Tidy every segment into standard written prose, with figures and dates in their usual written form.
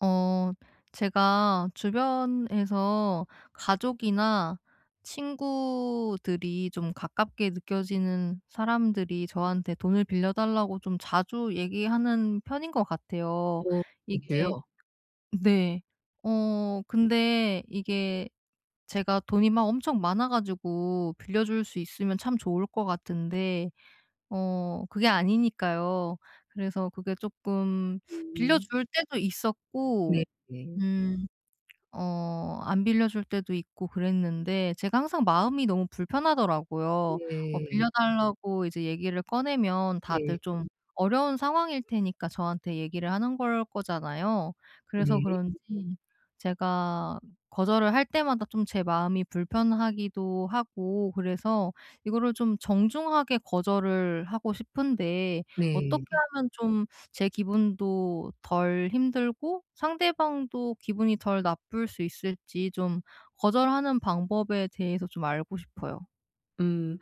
어 제가 주변에서 가족이나 친구들이 좀 가깝게 느껴지는 사람들이 저한테 돈을 빌려 달라고 좀 자주 얘기하는 편인 것 같아요. 어그요 이게 네. 근데 이게 제가 돈이 막 엄청 많아 가지고 빌려줄 수 있으면 참 좋을 것 같은데 그게 아니니까요. 그래서 그게 조금 음. 빌려줄 때도 있었고. 네. 네. 음. 안 빌려줄 때도 있고 그랬는데 제가 항상 마음이 너무 불편하더라고요. 네. 빌려 달라고 이제 얘기를 꺼내면 다들 좀, 어려운 상황일 테니까 저한테 얘기를 하는 걸 거잖아요. 그래서 네. 그런지 제가 거절을 할 때마다 좀 제 마음이 불편하기도 하고, 그래서 이거를 좀 정중하게 거절을 하고 싶은데, 어떻게 네. 하면 좀 제 기분도 덜 힘들고 상대방도 기분이 덜 나쁠 수 있을지, 좀 거절하는 방법에 대해서 좀 알고 싶어요. 음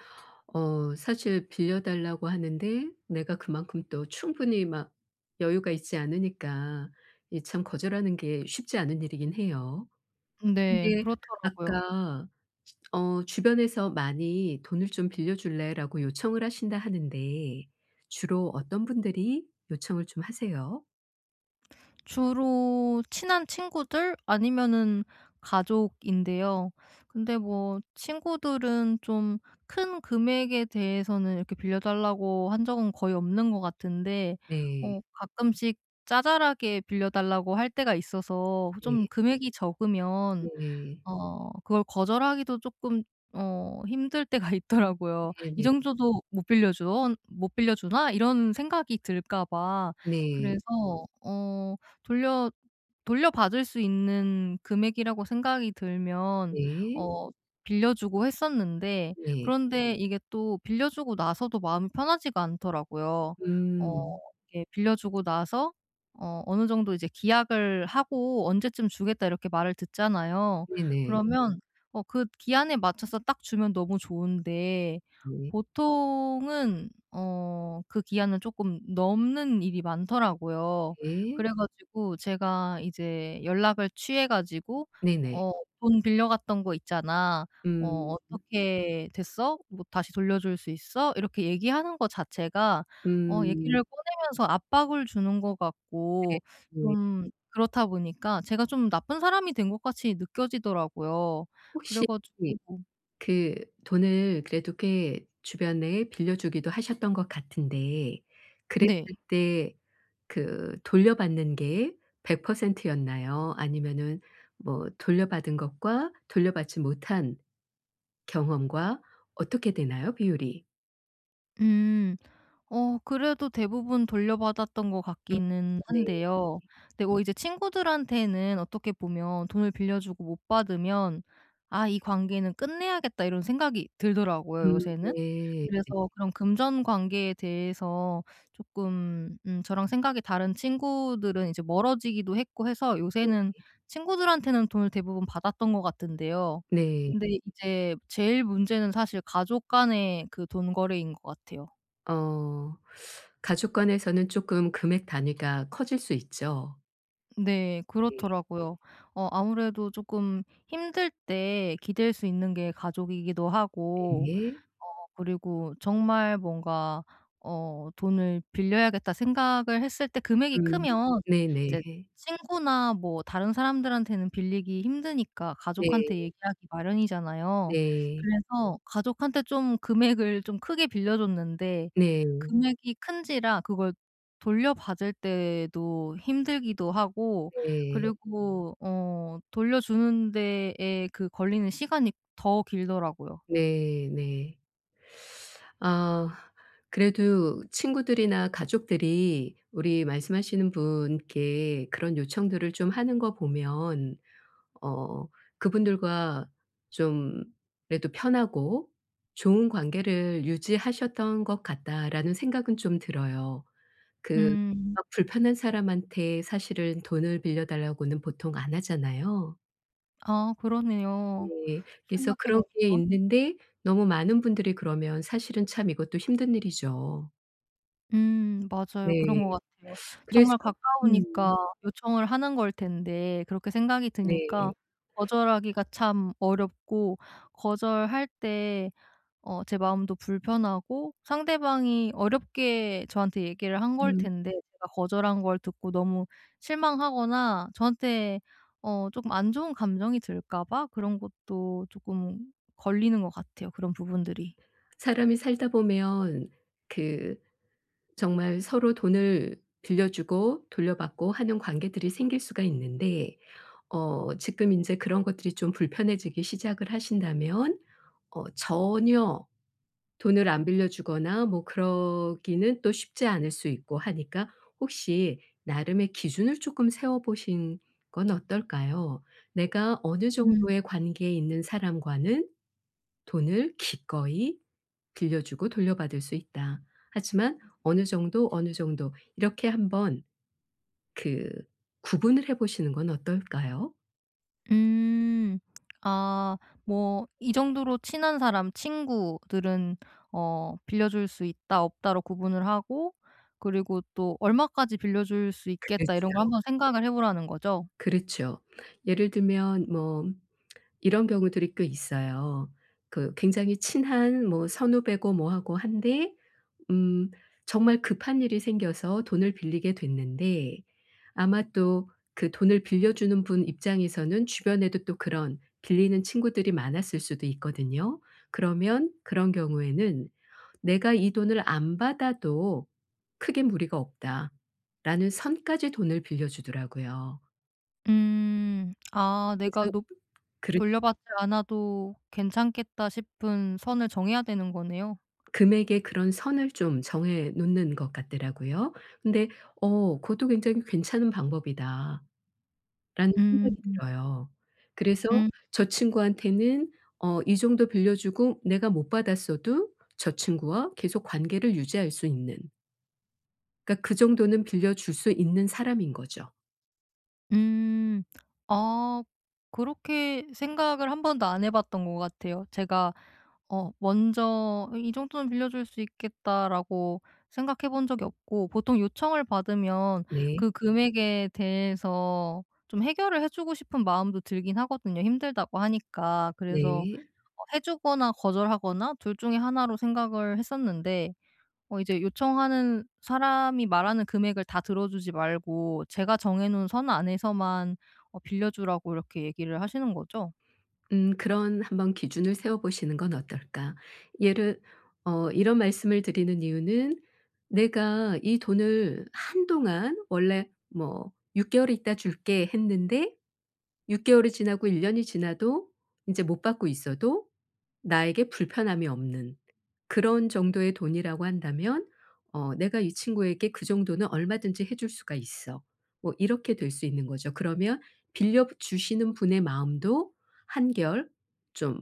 사실 빌려 달라고 하는데 내가 그만큼 또 충분히 막 여유가 있지 않으니까 이 참 거절하는 게 쉽지 않은 일이긴 해요. 네. 근데 그렇더라고요. 아까 "주변에서 많이 돈을 좀 빌려 줄래?"라고 요청을 하신다 하는데 주로 어떤 분들이 요청을 좀 하세요? 주로 친한 친구들 아니면은 가족인데요. 근데 뭐 친구들은 좀 큰 금액에 대해서는 이렇게 빌려 달라고 한 적은 거의 없는 것 같은데, 네. 가끔씩 짜잘하게 빌려 달라고 할 때가 있어서 좀 네. 금액이 적으면 네. 그걸 거절하기도 쪼끔 힘들 때가 있더라고요. 네네. '이 네. 정도도 못 빌려주나?' 이런 생각이 들까 봐. 네. 그래서 어 돌려 돌려받을 수 있는 금액이라고 생각이 들면 네. 어 빌려주고 했었는데, 네. 그런데 이게 또 빌려주고 나서도 마음이 편하지가 않더라고요. 어 음. 이게 빌려주고 나서 어느 정도 이제 기약을 하고 "언제쯤 주겠다." 이렇게 말을 듣잖아요. 네네. 그러면 그 기한에 맞춰서 딱 주면 너무 좋은데, 네. 보통은 그 기한을 쪼끔 넘는 일이 많더라고요. 네. 그래 가지고 제가 이제 연락을 취해 가지고 네네. "어 돈 빌려갔던 거 있잖아. 음. 어떻게 됐어? 뭐 다시 돌려줄 수 있어?" 이렇게 얘기하는 거 자체가 음. 얘기를 꺼내면서 압박을 주는 것 네. 같고, 네. 좀 그렇다 보니까 제가 좀 나쁜 사람이 된 것 같이 느껴지더라고요. 그래 혹시 가지고. 그 돈을 그래도 꽤 주변에 빌려주기도 하셨던 것 같은데 그랬을 네. 때 그 돌려받는 게 100% 였나요? 아니면은 뭐 돌려받은 것과 돌려받지 못한 경험과 어떻게 되나요? 비율이? 음. 그래도 대부분 돌려받았던 것 음 같기는 네. 한데요. 근데 뭐 이제 친구들한테는 어떻게 보면 돈을 빌려주고 못 받으면 '아 이 관계는 끝내야겠다.' 이런 생각이 들더라고요, 요새는. 네. 그래서 그런 금전 관계에 대해서 쪼끔, 저랑 생각이 다른 친구들은 이제 멀어지기도 했고 해서 요새는 네. 친구들한테는 돈을 대부분 받았던 것 같은데요. 네. 근데 이제 제일 문제는 사실 가족 간의 그 돈 거래인 것 같아요. 어. 가족 간에서는 조금 금액 단위가 커질 수 있죠. 네. 그렇더라고요. 아무래도 조금 힘들 때 기댈 수 있는 게 가족이기도 하고 네. 어 그리고 정말 뭔가 '돈을 빌려야겠다.' 생각을 했을 때 금액이 음. 크면 이제 네네. 친구나 뭐 다른 사람들한테는 빌리기 힘드니까 네. 가족한테 얘기하기 마련이잖아요. 네. 그래서 가족한테 좀 금액을 좀 크게 빌려줬는데, 네. 금액이 큰지라 그걸 돌려받을 때도 힘들기도 하고, 네. 그리고 돌려주는 데에 그 걸리는 시간이 더 길더라고요. 네. 네. 아 그래도 친구들이나 가족들이 우리 말씀하시는 분께 그런 요청들을 좀 하는 거 보면 어 그분들과 좀 그래도 편하고 좋은 관계를 유지하셨던 것 같다라는 생각은 좀 들어요. 그 음. 막 불편한 사람한테 사실은 돈을 빌려 달라고는 보통 안 하잖아요. 아, 그러네요. 네. 그래서 생각해 그런 게 보니까. 있는데 너무 많은 분들이 그러면 사실은 참 이것도 힘든 일이죠. 음, 맞아요. 그런 네. 것 같아요. 그래서 정말 음 가까우니까 요청을 하는 걸 텐데, 그렇게 생각이 네. 드니까 거절하기가 참 어렵고, 거절할 때 제 마음도 불편하고, 상대방이 어렵게 저한테 얘기를 한 걸 음 텐데 제가 거절한 걸 듣고 너무 실망하거나 저한테 조금 안 좋은 감정이 들까 봐, 그런 것도 조금 걸리는 것 같아요, 그런 부분들이. 사람이 살다 보면 그 정말 서로 돈을 빌려주고 돌려받고 하는 관계들이 생길 수가 있는데 지금 인제 그런 것들이 좀 불편해지기 시작을 하신다면 전혀 돈을 안 빌려주거나 뭐 그러기는 또 쉽지 않을 수 있고 하니까 혹시 나름의 기준을 조금 세워 보신 건 어떨까요? '내가 어느 음. 정도의 관계에 있는 사람과는 돈을 기꺼이 빌려주고 돌려받을 수 있다. 하지만 어느 정도, 어느 정도.' 이렇게 한번 그 구분을 해 보시는 건 어떨까요? 음. 아, 뭐 이 정도로 친한 사람, 친구들은 빌려줄 수 있다, 없다로 구분을 하고, 그리고 또 '얼마까지 빌려줄 수 있겠다.' 이런 걸 그렇죠. 한번 생각을 해 보라는 거죠? 그렇죠. 예를 들면 뭐 이런 경우들이 꽤 있어요. 그 굉장히 친한 뭐 선후배고 뭐하고 한데 음 정말 급한 일이 생겨서 돈을 빌리게 됐는데 아마 또 그 돈을 빌려주는 분 입장에서는 주변에도 또 그런 빌리는 친구들이 많았을 수도 있거든요. 그러면 그런 경우에는 '내가 이 돈을 안 받아도 크게 무리가 없다.'라는 선까지 돈을 빌려주더라고요. 음. 아, 내가 그래서 높 그렇죠. 돌려받지 않아도 괜찮겠다 싶은 선을 정해야 되는 거네요. 금액의 그런 선을 좀 정해 놓는 것 같더라고요. 근데 그것도 굉장히 '괜찮은 방법이다.'라는 생각이 음. 들어요. 그래서 음. 저 친구한테는 이 정도 빌려주고 내가 못 받았어도 저 친구와 계속 관계를 유지할 수 있는 그러니까 그 정도는 빌려줄 수 있는 사람인 거죠. 음. 아, 그렇게 생각을 한 번도 안 해 봤던 것 같아요. 제가 먼저 '이 정도는 빌려줄 수 있겠다.'라고 생각해 본 적이 없고, 보통 요청을 받으면 네. 그 금액에 대해서 좀 해결을 해 주고 싶은 마음도 들긴 하거든요, 힘들다고 하니까. 그래서 네. 해 주거나 거절하거나 둘 중에 하나로 생각을 했었는데, 이제 요청하는 사람이 말하는 금액을 다 들어 주지 말고 제가 정해 놓은 선 안에서만 빌려 주라고, 이렇게 얘기를 하시는 거죠. 그런 한번 기준을 세워 보시는 건 어떨까? 예를 이런 말씀을 드리는 이유는 내가 이 돈을 한동안 원래 뭐 "6 개월 있다 줄게." 했는데 6 개월이 지나고 1 년이 지나도 이제 못 받고 있어도 나에게 불편함이 없는 그런 정도의 돈이라고 한다면 "내가 이 친구에게 그 정도는 얼마든지 해줄 수가 있어." 뭐 이렇게 될 수 있는 거죠. 그러면 빌려 주시는 분의 마음도 한결 좀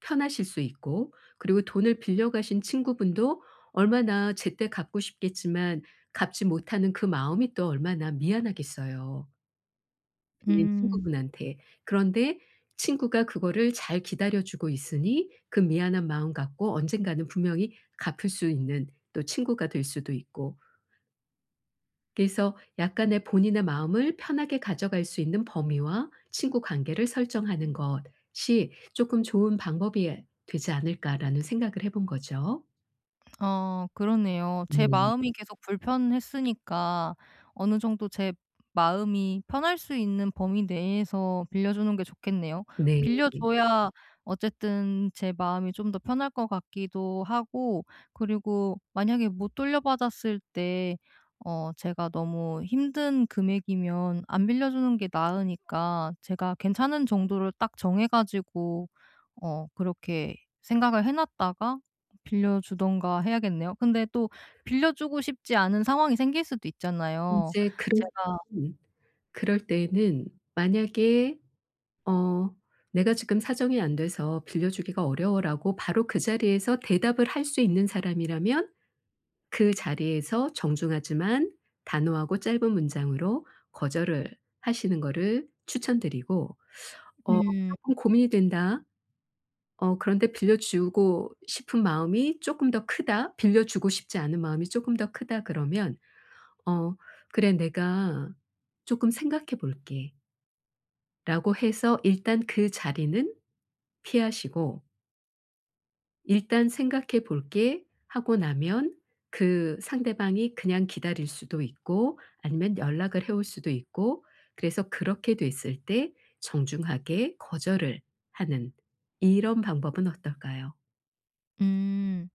편하실 수 있고 그리고 돈을 빌려 가신 친구분도 얼마나 제때 갚고 싶겠지만 갚지 못하는 그 마음이 또 얼마나 미안하겠어요. 있는 음. 친구분한테. 그런데 친구가 그거를 잘 기다려 주고 있으니 그 미안한 마음 갖고 언젠가는 분명히 갚을 수 있는 또 친구가 될 수도 있고. 그래서 약간의 본인의 마음을 편하게 가져갈 수 있는 범위와 친구 관계를 설정하는 것이 '조금 좋은 방법이 되지 않을까.'라는 생각을 해본 거죠. 그러네요. 제 네. 마음이 계속 불편했으니까 어느 정도 제 마음이 편할 수 있는 범위 내에서 빌려주는 게 좋겠네요. 네. 빌려줘야 어쨌든 제 마음이 좀 더 편할 것 같기도 하고, 그리고 만약에 못 돌려받았을 때 제가 너무 힘든 금액이면 안 빌려주는 게 나으니까 제가 괜찮은 정도를 딱 정해 가지고 그렇게 생각을 해 놨다가 빌려주던가 해야겠네요. 근데 또 빌려주고 싶지 않은 상황이 생길 수도 있잖아요. 인제 그럴 제가. 음. 그럴 때에는 만약에 어 "내가 지금 사정이 안 돼서 빌려주기가 어려워."라고 바로 그 자리에서 대답을 할 수 있는 사람이라면 그 자리에서 정중하지만 단호하고 짧은 문장으로 거절을 하시는 거를 추천드리고 어음 금 고민이 된다. 그런데 빌려주고 싶은 마음이 조금 더 크다. 빌려주고 싶지 않은 마음이 조금 더 크다." 그러면 "어 그래. 내가 조금 생각해 볼게."라고 해서 일단 그 자리는 피하시고 일단 생각해 볼게 하고 나면 그 상대방이 그냥 기다릴 수도 있고 아니면 연락을 해올 수도 있고 그래서 그렇게 됐을 때 정중하게 거절을 하는 이런 방법은 어떨까요? 음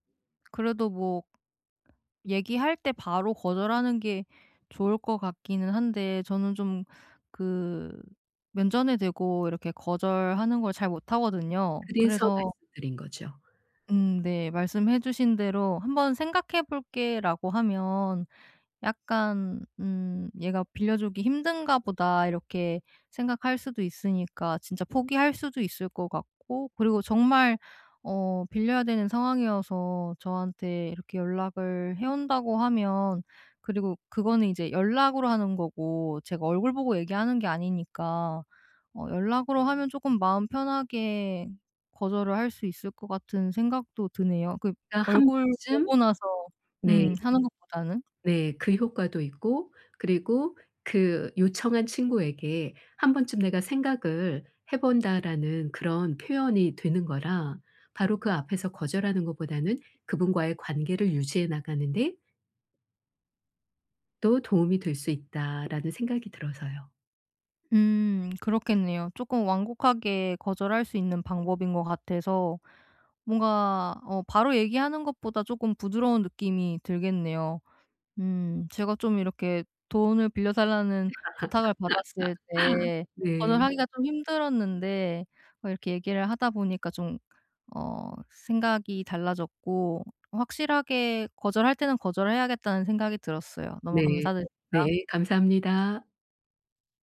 그래도 뭐 얘기할 때 바로 거절하는 게 좋을 것 같기는 한데, 저는 좀 그 면전에 대고 이렇게 거절하는 걸 잘 못하거든요. 그래서 그래서 말씀드린 거죠. 네, 말씀해 주신 대로 "한번 생각해 볼게."라고 하면 약간, '얘가 빌려주기 힘든가 보다.' 이렇게 생각할 수도 있으니까 진짜 포기할 수도 있을 것 같고, 그리고 정말 빌려야 되는 상황이어서 저한테 이렇게 연락을 해 온다고 하면, 그리고 그거는 이제 연락으로 하는 거고 제가 얼굴 보고 얘기하는 게 아니니까 연락으로 하면 쪼끔 마음 편하게 거절을 할 수 있을 것 같은 생각도 드네요. 그 그러니까 한 얼굴 번쯤 보고 나서 네. 하는 것보다는. 네. 그 효과도 있고 그리고 그 요청한 친구에게 '한 번쯤 내가 생각을 해 본다.'라는 그런 표현이 되는 거라 바로 그 앞에서 거절하는 것보다는 그분과의 관계를 유지해 나가는 데 또 도움이 될 수 있다라는 생각이 들어서요. 그렇겠네요. 조금 완곡하게 거절할 수 있는 방법인 것 같아서 뭔가 바로 얘기하는 것보다 조금 부드러운 느낌이 들겠네요. 제가 좀 이렇게 돈을 빌려 달라는 부탁을 받았을 때 네. 거절하기가 좀 힘들었는데 이렇게 얘기를 하다 보니까 좀 어 생각이 달라졌고, 확실하게 거절할 때는 거절해야겠다는 생각이 들었어요. 너무 네. 감사드립니다. 네. 감사합니다.